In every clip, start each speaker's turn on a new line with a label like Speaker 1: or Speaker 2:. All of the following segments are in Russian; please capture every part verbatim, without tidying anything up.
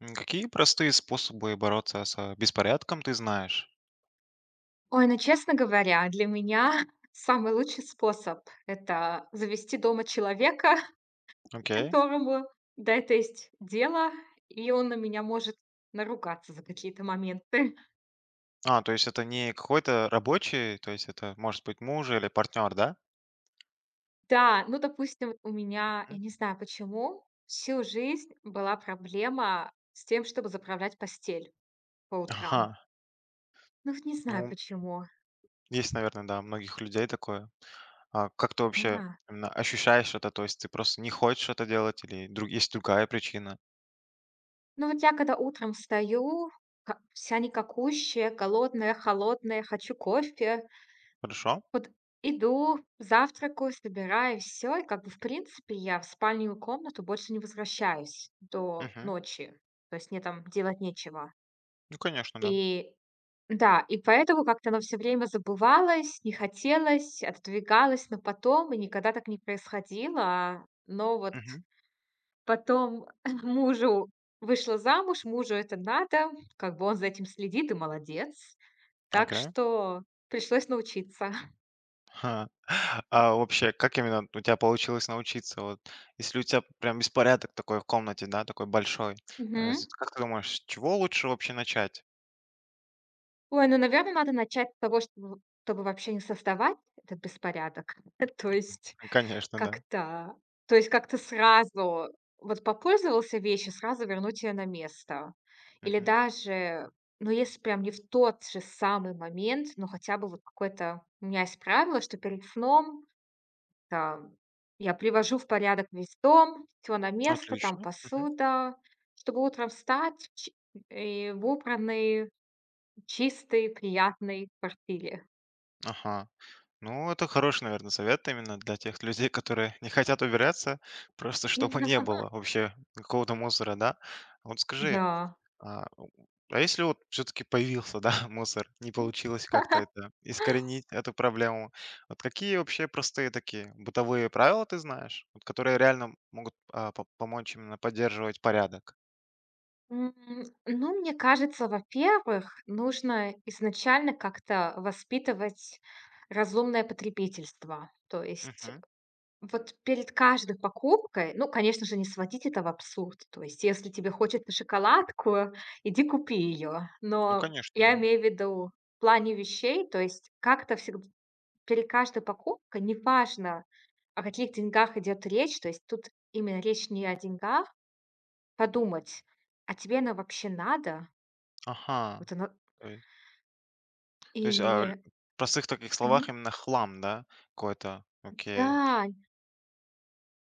Speaker 1: М, Какие простые способы бороться с беспорядком ты знаешь?
Speaker 2: Ой, ну, честно говоря, для меня самый лучший способ- это завести дома человека,
Speaker 1: Окей.
Speaker 2: которому до это есть дело, и он на меня может наругаться за какие-то моменты.
Speaker 1: А, то есть это не какой-то рабочий, то есть это может быть муж или партнер, да?
Speaker 2: Да, ну, допустим, у меня, я
Speaker 1: М?
Speaker 2: не знаю почему, всю жизнь была проблема с тем, чтобы заправлять постель по утрам.
Speaker 1: Ага.
Speaker 2: Ну, вот не знаю
Speaker 1: Ну,
Speaker 2: почему.
Speaker 1: есть, наверное, да, у многих людей такое. А как ты вообще
Speaker 2: Да.
Speaker 1: именно ощущаешь это? То есть ты просто не хочешь это делать или друг... есть другая причина?
Speaker 2: Ну, вот я когда утром встаю, ка вся никакущая, голодная, холодная, хочу кофе.
Speaker 1: Хорошо?
Speaker 2: Вот иду, завтракаю, собираюсь, все и, как бы, в принципе, я в спальню комнату больше не возвращаюсь до
Speaker 1: Мгм.
Speaker 2: ночи. То есть мне там делать нечего.
Speaker 1: Ну, конечно, да.
Speaker 2: И да, и поэтому как-то оно все время забывалось, не хотелось, отодвигалось, но потом, и никогда так не происходило. Но вот
Speaker 1: Мгм.
Speaker 2: потом мужу вышла замуж, мужу это надо, как бы он за этим следит, и молодец. Так
Speaker 1: Окей.
Speaker 2: что пришлось научиться.
Speaker 1: Ха. А вообще, как именно у тебя получилось научиться? Вот, если у тебя прям беспорядок такой в комнате, да, такой большой, э, с-
Speaker 2: Мгм.
Speaker 1: как ты думаешь, с чего лучше вообще начать?
Speaker 2: Ой, ну, наверное, надо начать с того, чтобы чтобы вообще не создавать этот беспорядок. То есть
Speaker 1: Конечно, да.
Speaker 2: как-то то есть как-то сразу вот попользовался вещью, сразу вернуть ее на место. Или
Speaker 1: Мгм.
Speaker 2: даже, ну, если прям не в тот же самый момент, но хотя бы вот какое-то у меня есть правило, что перед сном, там, я привожу в порядок весь дом, все на место, там
Speaker 1: Отлично. Мгм.
Speaker 2: посуда, чтобы утром встать в ч и в убранный чистый, приятный в квартире.
Speaker 1: Ага. Ну, это хороший, наверное, совет именно для тех людей, которые не хотят убираться, просто чтобы не было вообще какого-то мусора, да? Вот скажи,
Speaker 2: Да.
Speaker 1: А, а если вот все таки появился, да, мусор, не получилось как-то это искоренить эту проблему. Вот какие вообще простые такие бытовые правила ты знаешь, вот которые реально могут, а, по помочь именно поддерживать порядок?
Speaker 2: М, ну, мне кажется, во-первых, нужно изначально как-то воспитывать разумное потребительство. То есть
Speaker 1: Мгм.
Speaker 2: вот перед каждой покупкой, ну, конечно же, не сводить это в абсурд. То есть если тебе хочется шоколадку, иди купи ее.
Speaker 1: Ну,
Speaker 2: Но
Speaker 1: конечно,
Speaker 2: я
Speaker 1: да.
Speaker 2: имею в виду в плане вещей, то есть как-то всегда перед каждой покупкой, неважно, о каких деньгах идет речь, то есть тут именно речь не о деньгах, подумать, а тебе оно вообще надо?
Speaker 1: Ага.
Speaker 2: Вот оно
Speaker 1: То есть то есть, а, ль
Speaker 2: и
Speaker 1: в простых таких словах
Speaker 2: мгм.
Speaker 1: именно хлам, да, какой-то? Окей.
Speaker 2: Да,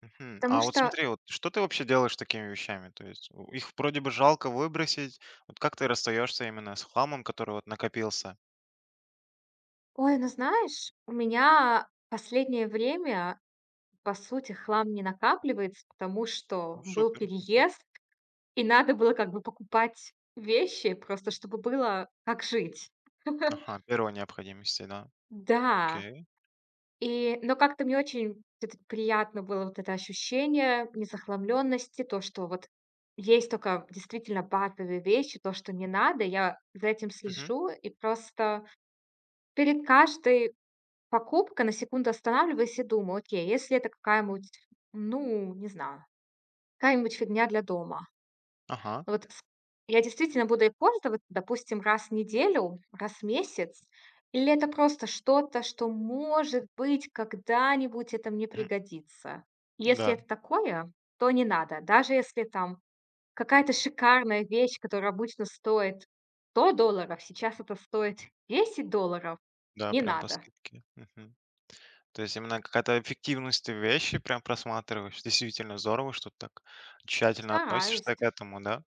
Speaker 1: Мгм.
Speaker 2: потому
Speaker 1: А вот
Speaker 2: что,
Speaker 1: смотри, вот что ты вообще делаешь с такими вещами? То есть, у их вроде бы жалко выбросить. Вот как ты расстаешься именно с хламом, который вот накопился?
Speaker 2: ой, ну знаешь, у меня последнее время, по сути, хлам не накапливается, потому что
Speaker 1: Ну,
Speaker 2: был
Speaker 1: супер.
Speaker 2: переезд, и надо было, как бы, покупать вещи просто, чтобы было как жить.
Speaker 1: Ага, первой необходимости, да.
Speaker 2: Да.
Speaker 1: Окей.
Speaker 2: И, но как-то мне очень вот это приятно было, вот это ощущение незахламленности, то, что вот есть только действительно базовые вещи, то, что не надо. Я за этим
Speaker 1: Мгм.
Speaker 2: слежу и просто перед каждой покупкой на секунду останавливаюсь и думаю: "Окей, если это какая-нибудь, ну, не знаю, какая-нибудь фигня для дома".
Speaker 1: Ага.
Speaker 2: Вот с я действительно буду ей пользоваться, допустим, раз в неделю, раз в месяц, или это просто что-то, что, может быть, когда-нибудь это мне
Speaker 1: Мгм.
Speaker 2: пригодится? Если
Speaker 1: Да,
Speaker 2: это такое, то не надо. Даже если там какая-то шикарная вещь, которая обычно стоит сто долларов, сейчас это стоит десять долларов,
Speaker 1: да,
Speaker 2: не
Speaker 1: прям по
Speaker 2: надо.
Speaker 1: скидке. Мгм. То есть именно какая-то эффективность ты вещи прям просматриваешь. Действительно здорово, что ты так тщательно относишься к
Speaker 2: Стараюсь.
Speaker 1: этому, да.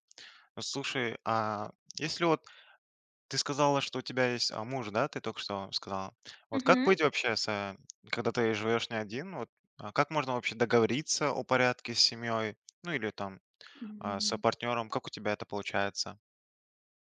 Speaker 1: Ну, слушай, а если вот ты сказала, что у тебя есть а, муж, да, ты только что сказала. Вот как
Speaker 2: Мгм.
Speaker 1: быть вообще, с, э, когда ты живешь не один, вот а, как можно вообще договориться о порядке с семьей, ну или там а, с
Speaker 2: Мгм.
Speaker 1: партнером, как у тебя это получается?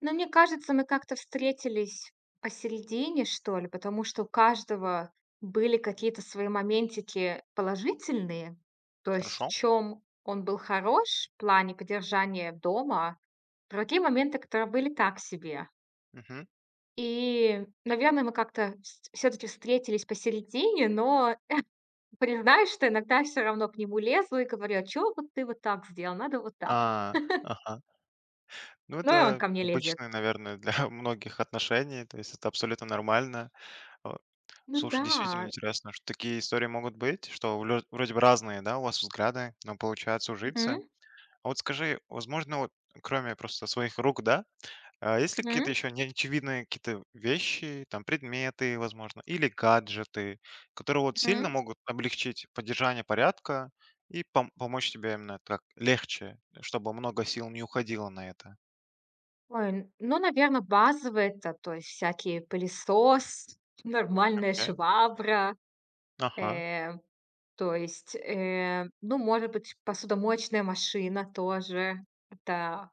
Speaker 2: Но мне кажется, мы как-то встретились посередине, что ли, потому что у каждого были какие-то свои моментики положительные, то есть в
Speaker 1: Хорошо?
Speaker 2: чем он был хорош в плане поддержания дома, а другие моменты, которые были так себе.
Speaker 1: Мгм.
Speaker 2: И, наверное, мы как-то все-таки встретились посередине, но признаюсь, что иногда все равно к нему лезу и говорю, а чё вот ты вот так сделал, надо вот так.
Speaker 1: А, ага. Ну,
Speaker 2: Ну и он
Speaker 1: это
Speaker 2: ко мне лезет.
Speaker 1: обычно, наверное, для многих отношений, то есть это абсолютно нормально. А,
Speaker 2: Ну
Speaker 1: Слушай, действительно
Speaker 2: да.
Speaker 1: интересно, что такие истории могут быть, что влё- вроде бы разные, да, у вас взгляды, но получается ужиться.
Speaker 2: Мгм.
Speaker 1: А вот скажи, возможно, вот кроме просто своих рук, да, а есть ли какие-то
Speaker 2: Мгм.
Speaker 1: еще неочевидные какие-то вещи, там, предметы, возможно, или гаджеты, которые вот сильно
Speaker 2: Мгм.
Speaker 1: могут облегчить поддержание порядка и пом- помочь тебе именно так легче, чтобы много сил не уходило на это?
Speaker 2: Ой, н ну, наверно, базовые- это, то есть, всякие пылесос, нормальная
Speaker 1: Окей.
Speaker 2: швабра,
Speaker 1: Ага.
Speaker 2: э, то есть, э, ну, может быть, посудомоечная машина тоже. Это,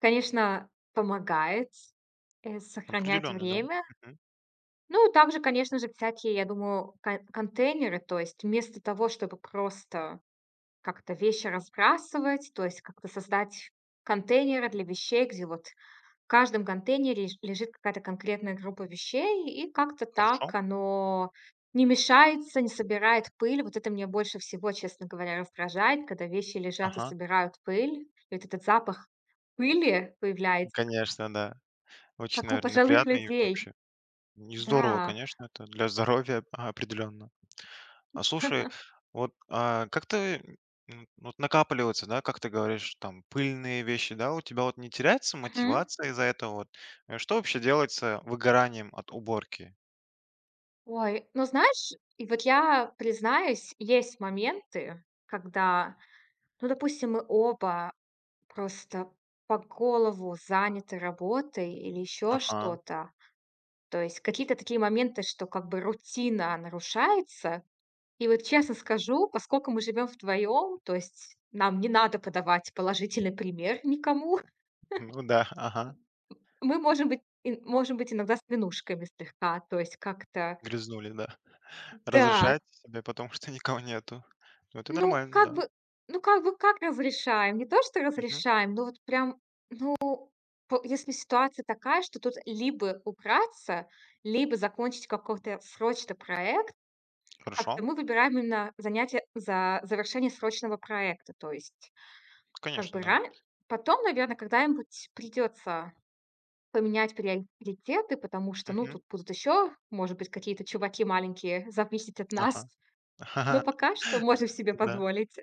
Speaker 2: конечно, помогает, э, сохраняет
Speaker 1: Определенно, да.
Speaker 2: время.
Speaker 1: Мгм.
Speaker 2: Ну, и также, конечно же, всякие, я думаю, кон контейнеры, то есть вместо того, чтобы просто как-то вещи разбрасывать, то есть как-то создать контейнеры для вещей, где вот в каждом контейнере леж- лежит какая-то конкретная группа вещей, и как-то так
Speaker 1: Хорошо.
Speaker 2: оно не мешается, не собирает пыль. Вот это мне больше всего, честно говоря, раздражает, когда вещи лежат и
Speaker 1: Ага.
Speaker 2: собирают пыль. И вот этот запах пыли появляется,
Speaker 1: Конечно, да. Очень,
Speaker 2: как у
Speaker 1: наверное,
Speaker 2: пожилых
Speaker 1: приятно и
Speaker 2: людей.
Speaker 1: вообще не здорово,
Speaker 2: Да.
Speaker 1: конечно, это для здоровья, а, определенно. А слушай, вот, а, как ты, м, вот накапливается, да, как ты говоришь, там пыльные вещи, да, у тебя вот не теряется
Speaker 2: Мгм.
Speaker 1: мотивация из-за этого вот? Э, Что вообще делать с э, выгоранием от уборки?
Speaker 2: Ой, ну знаешь, и вот я признаюсь, есть моменты, когда, ну, допустим, мы оба просто по голову заняты работой или еще
Speaker 1: Ага.
Speaker 2: что-то. То есть какие-то такие моменты, что как бы рутина нарушается. И вот честно скажу, поскольку мы живем вдвоем, то есть нам не надо подавать положительный пример никому,
Speaker 1: Ну да, ага.
Speaker 2: мы можем быть и можем быть иногда с винушками слегка, то есть как-то
Speaker 1: Грязнули, да.
Speaker 2: да,
Speaker 1: Разрешать себе, потому что никого нету. Ну, это
Speaker 2: ну,
Speaker 1: нормально,
Speaker 2: как
Speaker 1: да.
Speaker 2: бы, ну, как бы как разрешаем? Не то, что
Speaker 1: Мгм.
Speaker 2: разрешаем, но вот прям по если ситуация такая, что тут либо убраться, либо закончить какой-то срочно проект. Как-то
Speaker 1: Хорошо.
Speaker 2: мы выбираем именно занятие за завершение срочного проекта. То есть как
Speaker 1: Конечно,
Speaker 2: бы
Speaker 1: да.
Speaker 2: ра потом, наверное, когда-нибудь придется поменять приоритеты, потому что, ну,
Speaker 1: Мгм.
Speaker 2: тут будут еще, может быть, какие-то чуваки маленькие зависеть от
Speaker 1: Ага.
Speaker 2: нас, но пока что можем себе
Speaker 1: Да.
Speaker 2: позволить.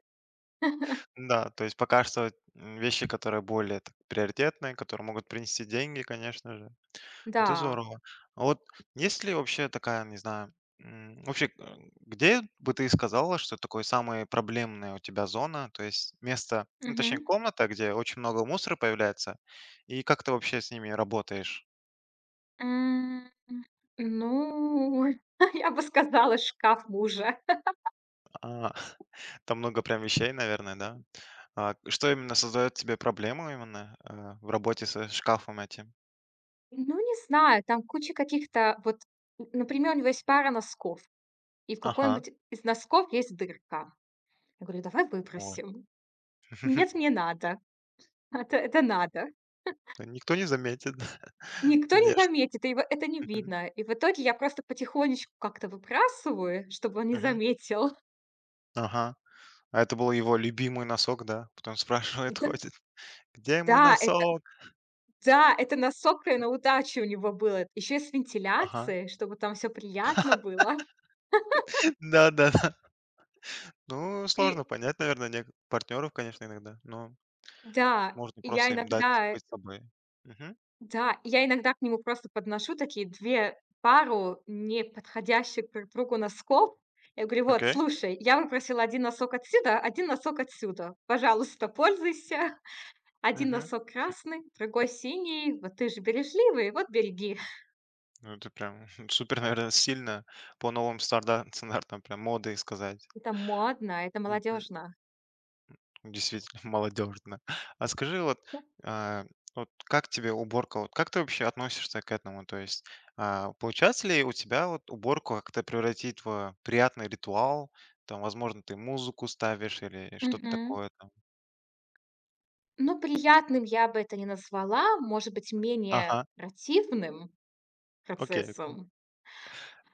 Speaker 1: Да, то есть пока что, м, вещи, которые более так приоритетные, которые могут принести деньги, конечно же. Это
Speaker 2: Да.
Speaker 1: здорово. А вот есть ли вообще такая, не знаю, м, вообще, э, где бы ты сказала, что такое самая проблемная у тебя зона, то есть место, ну, точнее
Speaker 2: Мгм.
Speaker 1: комната, где очень много мусора появляется, и как ты вообще с ними работаешь?
Speaker 2: М, ну, я бы сказала, шкаф мужа.
Speaker 1: А, там много прям вещей, наверное, да? А, что именно создает тебе проблему именно, э, в работе со шкафом этим?
Speaker 2: Ну, не знаю, там куча каких-то вот, например, у него есть пара носков. И в
Speaker 1: Ага,
Speaker 2: какой-нибудь из носков есть дырка. Я говорю: "Давай
Speaker 1: ой,
Speaker 2: выбросим". "Нет, не надо". "Это это надо.
Speaker 1: Да никто не заметит,
Speaker 2: Никто не
Speaker 1: конечно.
Speaker 2: заметит, и его это не
Speaker 1: Мгм,
Speaker 2: видно. И в итоге я просто потихонечку как-то выбрасываю, чтобы он не
Speaker 1: мгм.
Speaker 2: заметил.
Speaker 1: Ага. А это был его любимый носок, да? Потом спрашивает,
Speaker 2: Это
Speaker 1: ходит: "Где мой
Speaker 2: да, это
Speaker 1: носок?"
Speaker 2: да, это носок и на удачу у него было. Еще и с
Speaker 1: Ага.
Speaker 2: вентиляцией, чтобы там все приятно было.
Speaker 1: Да-да-да. Ну, сложно
Speaker 2: И
Speaker 1: понять, наверное, не партнеров, конечно, иногда, но
Speaker 2: да,
Speaker 1: можно
Speaker 2: и я
Speaker 1: просто им дать
Speaker 2: иногда
Speaker 1: быть собой. Мгм.
Speaker 2: Да, я иногда к нему просто подношу такие две пару неподходящих друг другу носков. Я говорю: "Вот,
Speaker 1: Окей.
Speaker 2: слушай, я выпросила один носок отсюда, один носок отсюда. Пожалуйста, пользуйся. Один
Speaker 1: Мгм.
Speaker 2: носок красный, другой синий. Вот ты же бережливый, вот береги".
Speaker 1: Ну, это прям супер, наверное, сильно по новым старда стандартам прям моды сказать.
Speaker 2: Это модно, это
Speaker 1: Мгм.
Speaker 2: молодежно.
Speaker 1: Действительно молодежно. А скажи, вот, а, вот как тебе уборка? Вот как ты вообще относишься к этому? То есть, а, получается ли у тебя вот уборку как-то превратить в приятный ритуал? Там, возможно, ты музыку ставишь или что-то
Speaker 2: Мгм.
Speaker 1: такое там.
Speaker 2: Ну, приятным я бы это не назвала, может быть, менее
Speaker 1: Ага,
Speaker 2: противным
Speaker 1: окей, окей.
Speaker 2: процессом.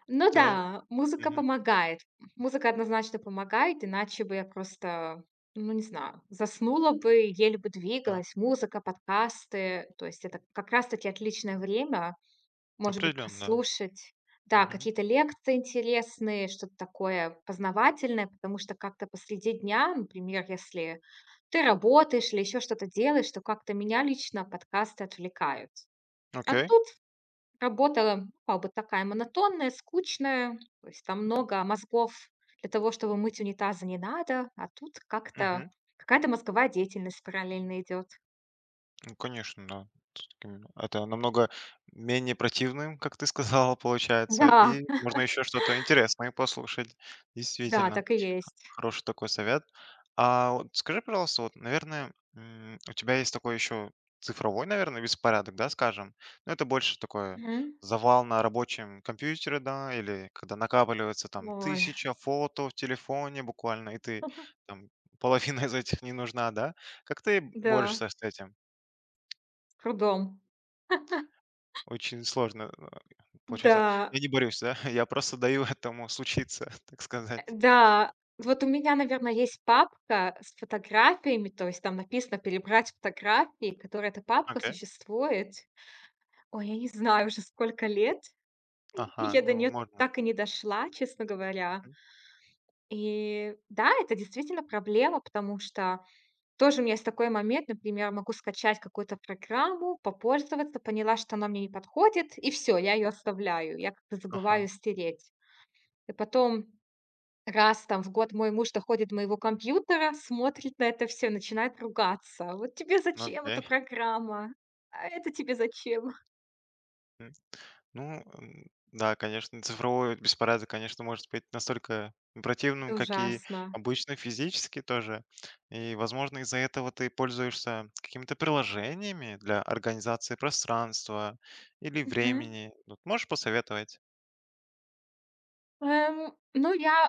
Speaker 2: Ну
Speaker 1: То,
Speaker 2: да, музыка
Speaker 1: мгм,
Speaker 2: помогает. Музыка однозначно помогает, иначе бы я просто, ну не знаю, заснула бы, еле бы
Speaker 1: да,
Speaker 2: двигалась. Музыка, подкасты, то есть это как раз-таки отличное время, может быть,
Speaker 1: определенно, да.
Speaker 2: прослушать. Да,
Speaker 1: Мгм.
Speaker 2: какие-то лекции интересные, что-то такое познавательное, потому что как-то посреди дня, например, если ты работаешь или еще что-то делаешь, то как-то меня лично подкасты отвлекают. А
Speaker 1: Окей.
Speaker 2: тут Работа, ну, как бы, такая монотонная, скучная, то есть там много мозгов для того, чтобы мыть унитазы, не надо, а тут
Speaker 1: Мгм.
Speaker 2: как-то какая-то мозговая деятельность параллельно идет.
Speaker 1: Ну, конечно, да. С таким Это намного менее противным, как ты сказала, получается,
Speaker 2: Да,
Speaker 1: и можно еще что-то интересное послушать.
Speaker 2: да,
Speaker 1: Действительно,
Speaker 2: так и есть.
Speaker 1: хороший такой совет. А вот скажи, пожалуйста, вот, наверное, м, у тебя есть такой еще цифровой, наверное, беспорядок, да, скажем. Но это больше такой
Speaker 2: Мгм.
Speaker 1: завал на рабочем компьютере, да, или когда накапливается там
Speaker 2: Ой,
Speaker 1: тысяча фото в телефоне буквально, и ты там половина из этих не нужна, да? Как ты
Speaker 2: да,
Speaker 1: борешься с этим?
Speaker 2: с трудом.
Speaker 1: Очень сложно, э,
Speaker 2: Да,
Speaker 1: получается. Я не борюсь, да? Я просто даю этому случиться, так
Speaker 2: э,
Speaker 1: сказать.
Speaker 2: да. Вот у меня, наверное, есть папка с фотографиями, то есть там написано "перебрать фотографии", которая эта папка
Speaker 1: Окей.
Speaker 2: существует, ой, я не знаю уже сколько лет.
Speaker 1: Ага,
Speaker 2: Я до
Speaker 1: ну
Speaker 2: неё
Speaker 1: можно.
Speaker 2: так и не дошла, честно говоря.
Speaker 1: Мгм.
Speaker 2: И да, это действительно проблема, потому что тоже у меня есть такой момент, например, могу скачать какую-то программу, попользоваться, поняла, что она мне не подходит, и все, я ее оставляю. Я как-то
Speaker 1: Ага,
Speaker 2: забываю стереть. И потом раз там в год мой муж доходит до моего компьютера, смотрит на это все, начинает ругаться: "Вот тебе
Speaker 1: ну
Speaker 2: зачем эта
Speaker 1: окей.
Speaker 2: программа? А это тебе зачем?"
Speaker 1: М. Ну, м, да, конечно, цифровой беспорядок, конечно, может быть настолько противным,
Speaker 2: Это
Speaker 1: как и
Speaker 2: ужасно.
Speaker 1: обычный физический тоже. И, возможно, из-за этого ты пользуешься какими-то приложениями для организации пространства или
Speaker 2: Мгм.
Speaker 1: времени. Вот можешь посоветовать?
Speaker 2: Эм, ну, я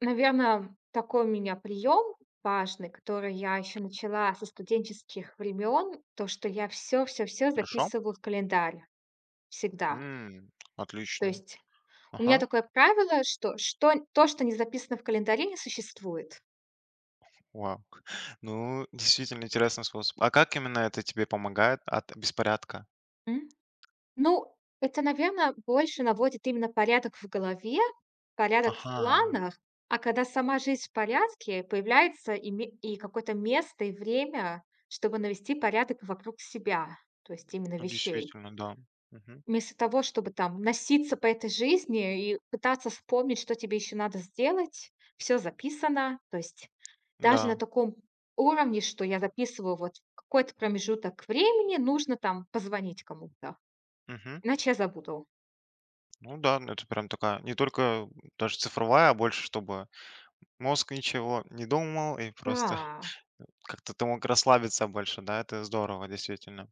Speaker 2: Наверное, такой у меня прием важный, который я еще начала со студенческих времен, то, что я все, все, все
Speaker 1: Хорошо?
Speaker 2: записываю в календарь всегда.
Speaker 1: М,
Speaker 2: То
Speaker 1: отлично.
Speaker 2: есть у меня
Speaker 1: Ага.
Speaker 2: такое правило, что что то, что не записано в календаре, не существует.
Speaker 1: Вау. Ну, действительно интересный способ. А как именно это тебе помогает от беспорядка?
Speaker 2: М. Ну, это, наверное, больше наводит именно порядок в голове, порядок в
Speaker 1: Ага,
Speaker 2: планах, а когда сама жизнь в порядке, появляется и ме и какое-то место, и время, чтобы навести порядок вокруг себя, то есть именно
Speaker 1: ну
Speaker 2: вещей.
Speaker 1: действительно, да. Мгм.
Speaker 2: Вместо того, чтобы там носиться по этой жизни и пытаться вспомнить, что тебе еще надо сделать, все записано. То есть даже на
Speaker 1: Да.
Speaker 2: таком уровне, что я записываю вот в какой-то промежуток времени, нужно там позвонить кому-то,
Speaker 1: Мгм.
Speaker 2: иначе я забуду.
Speaker 1: Ну да, ну это прям такая, не только даже цифровая, а больше, чтобы мозг ничего не думал и просто
Speaker 2: Да,
Speaker 1: как-то ты мог расслабиться больше, да, это здорово, действительно.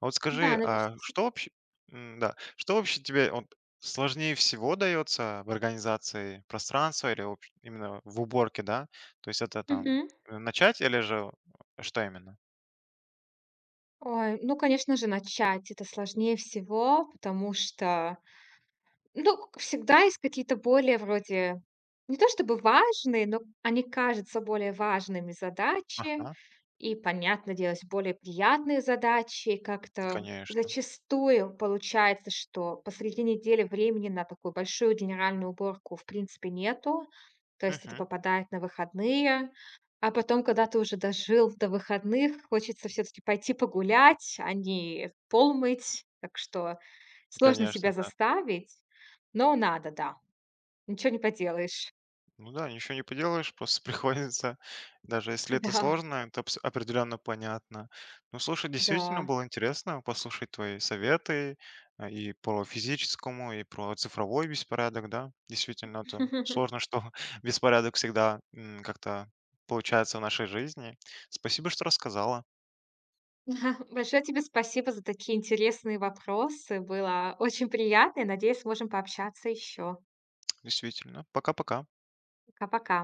Speaker 1: А вот
Speaker 2: да,
Speaker 1: скажи, а
Speaker 2: навести.
Speaker 1: что вообще, м, да, что вообще тебе вот сложнее всего дается в организации пространства или вообще именно в уборке, да? То есть это там
Speaker 2: Мгм.
Speaker 1: э, начать или же э, что именно?
Speaker 2: Ой, ну, конечно же, начать это сложнее всего, потому что ну, к всегда есть какие-то более вроде не то чтобы важные, но они кажутся более важными задачи.
Speaker 1: Ага,
Speaker 2: И, понятно дело, есть более приятные задачи. И как-то
Speaker 1: конечно.
Speaker 2: зачастую получается, что посреди недели времени на такую большую генеральную уборку в принципе нету. То есть это
Speaker 1: Мгм.
Speaker 2: попадает на выходные. А потом, когда ты уже дожил до выходных, хочется все таки пойти погулять, а не пол мыть. Так что сложно
Speaker 1: Конечно,
Speaker 2: себя
Speaker 1: да.
Speaker 2: заставить. Но надо, да. Ничего не поделаешь.
Speaker 1: Ну да, ничего не поделаешь, просто приходится, даже если это
Speaker 2: Да,
Speaker 1: сложно, это абс- определенно понятно. Ну слушай, действительно
Speaker 2: да.
Speaker 1: было интересно послушать твои советы а, и про физическому, и про цифровой беспорядок, да. Действительно, это сложно, что беспорядок всегда м, как-то получается в нашей жизни. Спасибо, что рассказала.
Speaker 2: Большое тебе спасибо за такие интересные вопросы. Было очень приятно и, надеюсь, сможем пообщаться еще.
Speaker 1: Действительно. Пока-пока.
Speaker 2: Пока-пока.